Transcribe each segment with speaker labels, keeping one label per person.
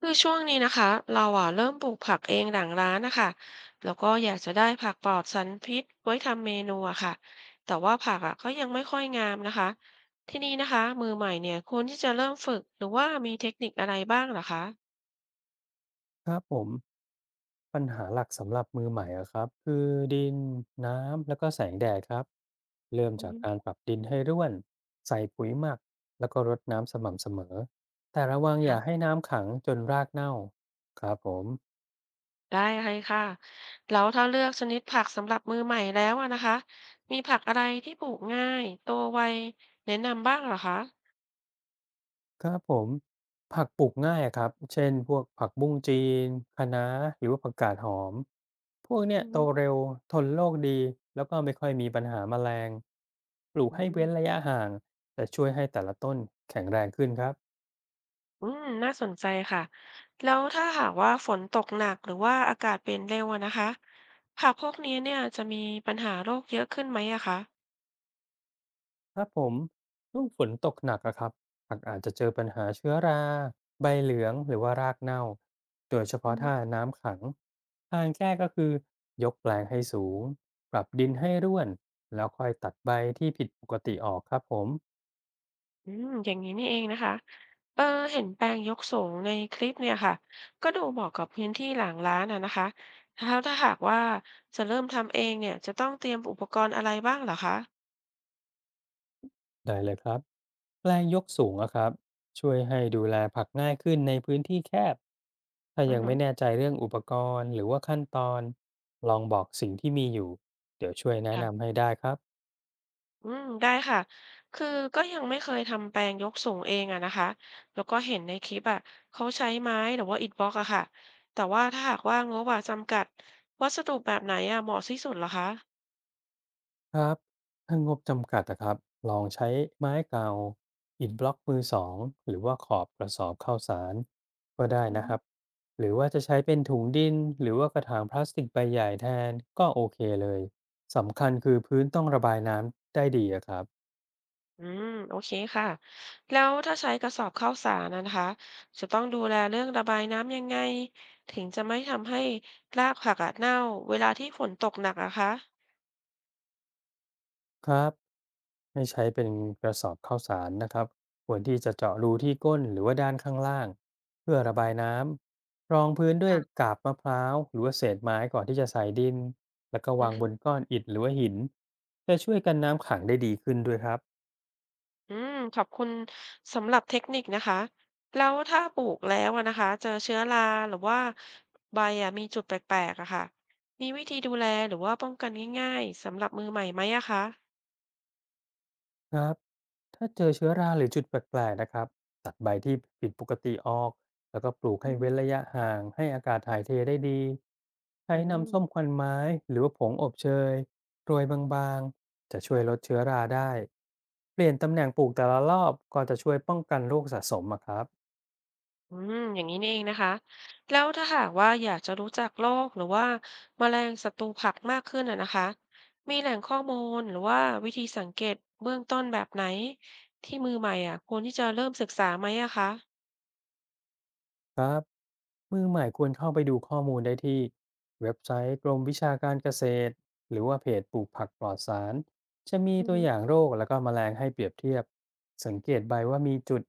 Speaker 1: คือช่วงนี้นะคะเราอ่ะเริ่มปลูกผักเองหลังร้านนะคะแล้วก็อยากจะได้ผักปลอดสารพิษไว้ทำเมนูอะค่ะแต่ว่าผักอ่ะก็ยังไม่ค่อยงามนะคะที่นี่นะคะมือใหม่เนี่ยควรที่จะเริ่มฝึกหรือว่ามีเทคนิคอะไรบ้างเหรอคะ
Speaker 2: ครับผมปัญหาหลักสำหรับมือใหม่อะครับคือดินน้ำแล้วก็แสงแดดครับเริ่ม
Speaker 1: อื
Speaker 2: จาก
Speaker 1: ม
Speaker 2: การปรับดินให้ร่วนใส่ปุ๋ยหมักแล้วก็รดน้ำสม่ำเสมอแต่ระวังอ
Speaker 1: ค่ะ
Speaker 2: ย่าให้น้ำขังจนรากเน่าครับผม
Speaker 1: ได้เลยค่ะแล้วถ้าเลือกชนิดผักสำหรับมือใหม่แล้วอะนะคะมีผักอะไรที่ปลูกง่ายโตไวแนะนำบ้างเหรอคะ
Speaker 2: ครับผมผักปลูกง่ายอะครับเช่นพวกผักบุ้งจีนคะน้าหรือว่าผักกาดหอมพวกเนี้
Speaker 1: อื
Speaker 2: ยโต
Speaker 1: อ
Speaker 2: เร็วทนโรคดีแล้วก็ไม่ค่อยมีปัญหาแมลงปลูก
Speaker 1: อื
Speaker 2: ให้
Speaker 1: ม
Speaker 2: เว้นระยะห่างจะช่วยให้แต่ละต้นแข็งแรงขึ้นครับ
Speaker 1: อืมน่าสนใจค่ะแล้วถ้าหากว่าฝนตกหนักหรือว่าอากาศเปลี่ยนเร็วอะนะคะผักพวกนี้เนี่ยจะมีปัญหาโรคเยอะขึ้นไหมอะคะ
Speaker 2: ครับผมช่วงฝนตกหนักอะครับผักอาจจะเจอปัญหาเชื้อราใบเหลืองหรือว่ารากเน่าโดยเฉ
Speaker 1: อื
Speaker 2: พาะ
Speaker 1: ม
Speaker 2: ถ้าน้ำขังทางแก้ก็คือยกแปลงให้สูงปรับดินให้ร่วนแล้วค่อยตัดใบที่ผิดปกติออกครับผม
Speaker 1: อืมอย่างนี้นี่เองนะคะเออเห็นแปลงยกสูงในคลิปเนี่ยค่ะก็ดูเหมาะกับพื้นที่หลังร้านอะนะคะแล้วถ้าหากว่าจะเริ่มทำเองเนี่ยจะต้องเตรียมอุปกรณ์อะไรบ้างเหรอคะ
Speaker 2: ได้เลยครับแปลงยกสูงนะครับช่วยให้ดูแลผักง่ายขึ้นในพื้นที่แคบถ้า
Speaker 1: อือ
Speaker 2: ยัง
Speaker 1: ฮึ
Speaker 2: ไม่แน่ใจเรื่องอุปกรณ์หรือว่าขั้นตอนลองบอกสิ่งที่มีอยู่เดี๋ยวช่วยแนะ
Speaker 1: ะ
Speaker 2: นำให้ได้ครับ
Speaker 1: อืมได้ค่ะคือก็ยังไม่เคยทำแปลงยกสูงเองอะนะคะแล้วก็เห็นในคลิปอะเขาใช้ไม้หรือว่าอิฐบล็อกอะค่ะแต่ว่าถ้าหากว่างบอะจำกัดวัสดุแบบไหนอะเหมาะที่สุดเหรอคะ
Speaker 2: ครับถ้างบจำกัดนะครับลองใช้ไม้เก่าอิฐบล็อกมือสองหรือว่าขอบกระสอบข้าวสารก็ได้
Speaker 1: อื
Speaker 2: นะครับ
Speaker 1: ม
Speaker 2: หรือว่าจะใช้เป็นถุงดินหรือว่ากระถางพลาสติกใบใหญ่แทนก็โอเคเลยสำคัญคือพื้นต้องระบายน้ำได้ดีอะครับ
Speaker 1: อืมโอเคค่ะแล้วถ้าใช้กระสอบข้าวสารนะคะจะต้องดูแลเรื่องระบายน้ำยังไงถึงจะไม่ทำให้รากผักอะเน่าเวลาที่ฝนตกหนักอะคะ
Speaker 2: ครับให้ใช้เป็นกระสอบข้าวสารนะครับควรที่จะเจาะรูที่ก้นหรือว่าด้านข้างล่างเพื่อระบายน้ำรองพื้นด้วย
Speaker 1: ค่ะ
Speaker 2: กาบมะพร้าวหรือว่าเศษไม้ก่อนที่จะใส่ดินแล้วก็
Speaker 1: อื
Speaker 2: วา
Speaker 1: อ
Speaker 2: ง
Speaker 1: ฮึ
Speaker 2: บนก้อนอิฐหรือว่าหินจะช่วยกันน้ำขังได้ดีขึ้นด้วยครับ
Speaker 1: อืมขอบคุณสำหรับเทคนิคนะคะแล้วถ้าปลูกแล้วอะนะคะเจอเชื้อราหรือว่าใบอะมีจุดแปลกๆอะค่ะมีวิธีดูแลหรือว่าป้องกันง่ายๆสำหรับมือใหม่ไหมอะคะ
Speaker 2: ครับถ้าเจอเชื้อราหรือจุดแปลกๆนะครับตัดใบที่ผิดปกติออกแล้วก็ปลูก
Speaker 1: อื
Speaker 2: ให้
Speaker 1: อฮึ
Speaker 2: เว้นระยะห่างให้อากาศถ่ายเทได้ดีใช้
Speaker 1: อืม
Speaker 2: น้ำส้มควันไม้หรือว่าผงอบเชยโรยบางๆจะช่วยลดเชื้อราได้เปลี่ยนตำแหน่งปลูกแต่ละรอบก็จะช่วยป้องกันโรคสะสมอะครับ
Speaker 1: อืมอย่างนี้นี่เองนะคะแล้วถ้าหากว่าอยากจะรู้จักโรคหรือว่าแมลงศัตรูผักมากขึ้นอะนะคะมีแหล่งข้อมูลหรือว่าวิธีสังเกตเบื้องต้นแบบไหนที่มือใหม่อะควรที่จะเริ่มศึกษาไหมอะคะ
Speaker 2: มือใหม่ควรเข้าไปดูข้อมูลได้ที่เว็บไซต์กรมวิชาการเกษตรหรือว่าเพจปลูกผักปลอดสารจะมี
Speaker 1: อือ
Speaker 2: ตัว
Speaker 1: ฮึ
Speaker 2: อย่างโรคแล้วก็แมลงให้เปรียบเทียบสังเกตใบว่ามีจุด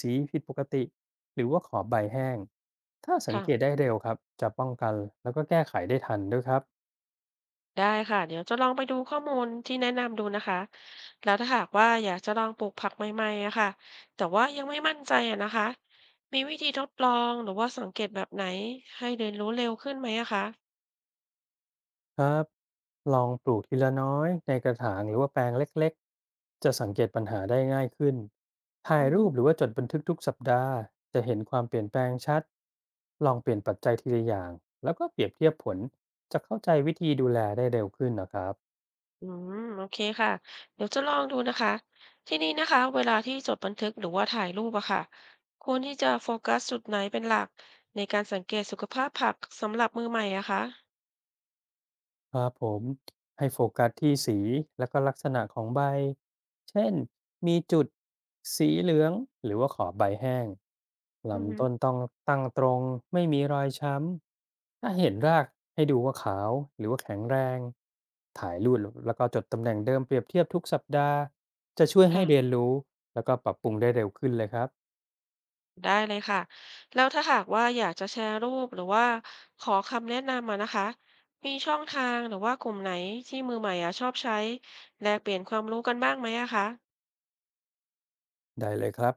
Speaker 2: สีผิดปกติหรือว่าขอบใบแห้งถ้าสัง
Speaker 1: ค่ะ
Speaker 2: เกตได้เร็วครับจะป้องกันแล้วก็แก้ไขได้ทันด้วยครับ
Speaker 1: ได้ค่ะเดี๋ยวจะลองไปดูข้อมูลที่แนะนำดูนะคะแล้วถ้าหากว่าอยากจะลองปลูกผักใหม่ๆอะค่ะแต่ว่ายังไม่มั่นใจอะนะคะมีวิธีทดลองหรือว่าสังเกตแบบไหนให้เรียนรู้เร็วขึ้นไหมอะคะ
Speaker 2: ครับ ลองปลูกทีละน้อยในกระถางหรือว่าแปลงเล็กๆ จะสังเกตปัญหาได้ง่ายขึ้น ถ่าย
Speaker 1: อือ
Speaker 2: รู
Speaker 1: ฮึ
Speaker 2: ปหรือว่าจดบันทึกทุกสัปดาห์จะเห็นความเปลี่ยนแปลงชัด ลองเปลี่ยนปัจจัยทีละอย่างแล้วก็เปรียบเทียบผลจะเข้าใจวิธีดูแลได้เร็วขึ้นนะครับ
Speaker 1: อืมโอเคค่ะเดี๋ยวจะลองดูนะคะที่นี่นะคะเวลาที่จดบันทึกหรือว่าถ่ายรูปอะค่ะควรที่จะโฟกัสจุดไหนเป็นหลักในการสังเกตสุขภาพผักสำหรับมือใหม่อะคะ
Speaker 2: ครับผมให้โฟกัสที่สีและก็ลักษณะของใบเช่นมีจุดสีเหลืองหรือว่าขอบใบแห้ง
Speaker 1: อือฮึ
Speaker 2: ลำต้นต้องตั้งตรงไม่มีรอยช้ำถ้าเห็นรากให้ดูว่าขาวหรือว่าแข็งแรงถ่ายรูปแล้วก็จดตำแหน่งเดิมเปรียบเทียบทุกสัปดาห์จะช่วยให้เรียน
Speaker 1: ค่ะ
Speaker 2: รู้แล้วก็ปรับปรุงได้เร็วขึ้นเลยครับ
Speaker 1: ได้เลยค่ะแล้วถ้าหากว่าอยากจะแชร์รูปหรือว่าขอคำแนะนำมานะคะมีช่องทางหรือว่ากลุ่มไหนที่มือใหม่อะชอบใช้แลกเปลี่ยนความรู้กันบ้างไหมอะคะ
Speaker 2: ได้เลยครับ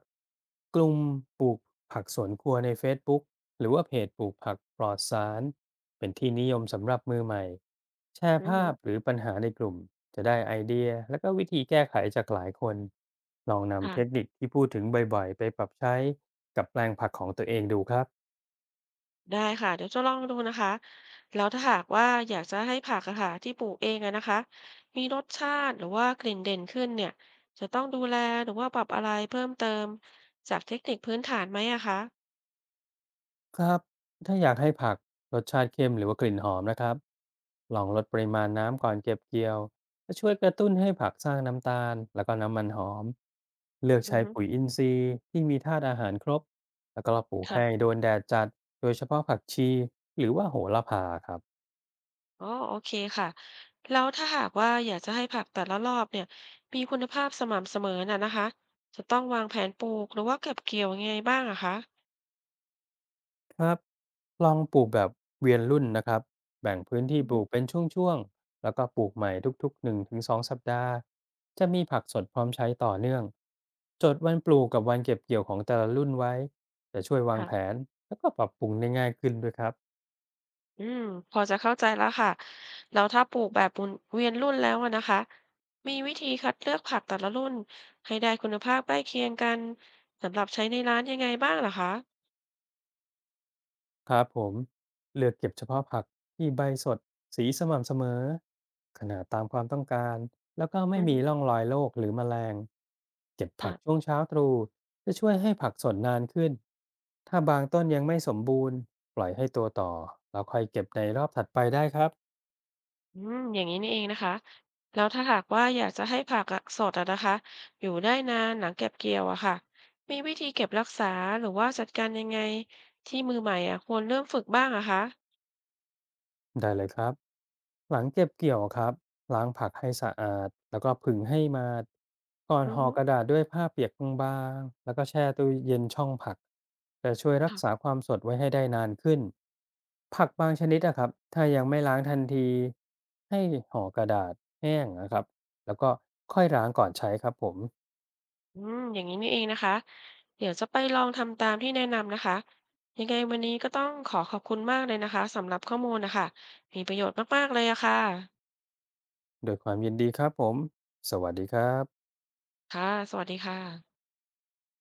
Speaker 2: กลุ่มปลูกผักสวนครัวใน Facebook หรือว่าเพจปลูกผักปลอดสารเป็นที่นิยมสำหรับมือใหม่แช
Speaker 1: อื
Speaker 2: ร์
Speaker 1: อ
Speaker 2: ภา
Speaker 1: ฮึ
Speaker 2: พหรือปัญหาในกลุ่มจะได้ไอเดียและก็วิธีแก้ไขจากหลายคนลองนำเทค
Speaker 1: ค่ะ
Speaker 2: นิคที่พูดถึงบ่อยๆไปปรับใช้กับแปลงผักของตัวเองดูครับ
Speaker 1: ได้ค่ะเดี๋ยวจะลองดูนะคะแล้วถ้าหากว่าอยากจะให้ผักอะค่ะที่ปลูกเองอะนะคะมีรสชาติหรือว่ากลิ่นเด่นขึ้นเนี่ยจะต้องดูแลหรือว่าปรับอะไรเพิ่มเติมจากเทคนิคพื้นฐานไหมอะคะ
Speaker 2: ครับถ้าอยากให้ผักรสชาติเข้มหรือว่ากลิ่นหอมนะครับลองลดปริมาณน้ำก่อนเก็บเกี่ยวจะช่วยกระตุ้นให้ผักสร้างน้ำตาลแล้วก็น้ำมันหอมเลือก
Speaker 1: อือ
Speaker 2: ใช้
Speaker 1: ฮึ
Speaker 2: ปุ๋ยอินทรีย์ที่มีธาตุอาหารครบแล้วก็ปลูก
Speaker 1: ค่ะ
Speaker 2: ให้โดนแดดจัดโดยเฉพาะผักชีหรือว่าโหระพาครับ
Speaker 1: อ๋อโอเคค่ะแล้วถ้าหากว่าอยากจะให้ผักแต่ละรอบเนี่ยมีคุณภาพสม่ำเสมอน่ะนะคะจะต้องวางแผนปลูกหรือว่าเก็บเกี่ยวยังไงบ้างอะคะ
Speaker 2: ครับลองปลูกแบบเวียนรุ่นนะครับแบ่งพื้นที่
Speaker 1: อือ
Speaker 2: ป
Speaker 1: ฮึ
Speaker 2: ลูกเป็นช่วงๆ แล้วก็ปลูกใหม่ทุกๆ1-2 2 สัปดาห์ จะมีผักสดพร้อมใช้ต่อเนื่อง จดวันปลูกกับวันเก็บเกี่ยวของแต่ละรุ่นไว้ จะช่วยวางแผ
Speaker 1: ค่ะ
Speaker 2: นแล้วก็ปรับปรุงได้ง่ายขึ้นด้วยครับ
Speaker 1: อืมพอจะเข้าใจแล้วค่ะแล้วถ้าปลูกแบบหมุนเวียนรุ่นแล้วอะนะคะมีวิธีคัดเลือกผักแต่ละรุ่นให้ได้คุณภาพใกล้เคียงกันสำหรับใช้ในร้านยังไงบ้างเหรอคะ
Speaker 2: ครับผมเลือกเก็บเฉพาะผักที่ใบสดสีสม่ำเสมอขนาดตามความต้องการแล้วก็ไม่
Speaker 1: อือ
Speaker 2: มี
Speaker 1: ฮึ
Speaker 2: ร่องรอยโรคหรือแมลงเก็บผัก
Speaker 1: ค่ะ
Speaker 2: ช่วงเช้าตรู่จะช่วยให้ผักสดนานขึ้นถ้าบางต้นยังไม่สมบูรณ์ปล่อยให้โตัวต่อแล้วค่อยเก็บในรอบถัดไปได้ครับ
Speaker 1: อืมอย่างนี้นี่เองนะคะแล้วถ้าหากว่าอยากจะให้ผักอะสดอะนะคะอยู่ได้นานหลังเก็บเกี่ยวอะค่ะ มีวิธีเก็บรักษาหรือว่าจัดการยังไงที่มือใหม่อะควรเริ่มฝึกบ้างอะคะ
Speaker 2: ได้เลยครับหลังเก็บเกี่ยวครับล้างผักให้สะอาดแล้วก็ผึ่งให้มาดก่อน
Speaker 1: อือ
Speaker 2: ห่อ
Speaker 1: ฮึ
Speaker 2: กระดาษด้วยผ้าเปียกบางๆแล้วก็แช่ตู้เย็นช่องผักจะช่วยรักษา
Speaker 1: ค่ะ
Speaker 2: ความสดไว้ให้ได้นานขึ้นผักบางชนิดอะครับถ้ายังไม่ล้างทันทีให้ห่อกระดาษแห้งนะครับแล้วก็ค่อยล้างก่อนใช้ครับผม
Speaker 1: อืมอย่างนี้นี่เองนะคะเดี๋ยวจะไปลองทำตามที่แนะนำนะคะยังไงวันนี้ก็ต้องขอขอบคุณมากเลยนะคะสำหรับข้อมูลนะคะมีประโยชน์มากๆเลยอะค่ะ
Speaker 2: โดยความยินดีครับผมสวัสดีครับ
Speaker 1: ค่ะสวัสดีค่ะ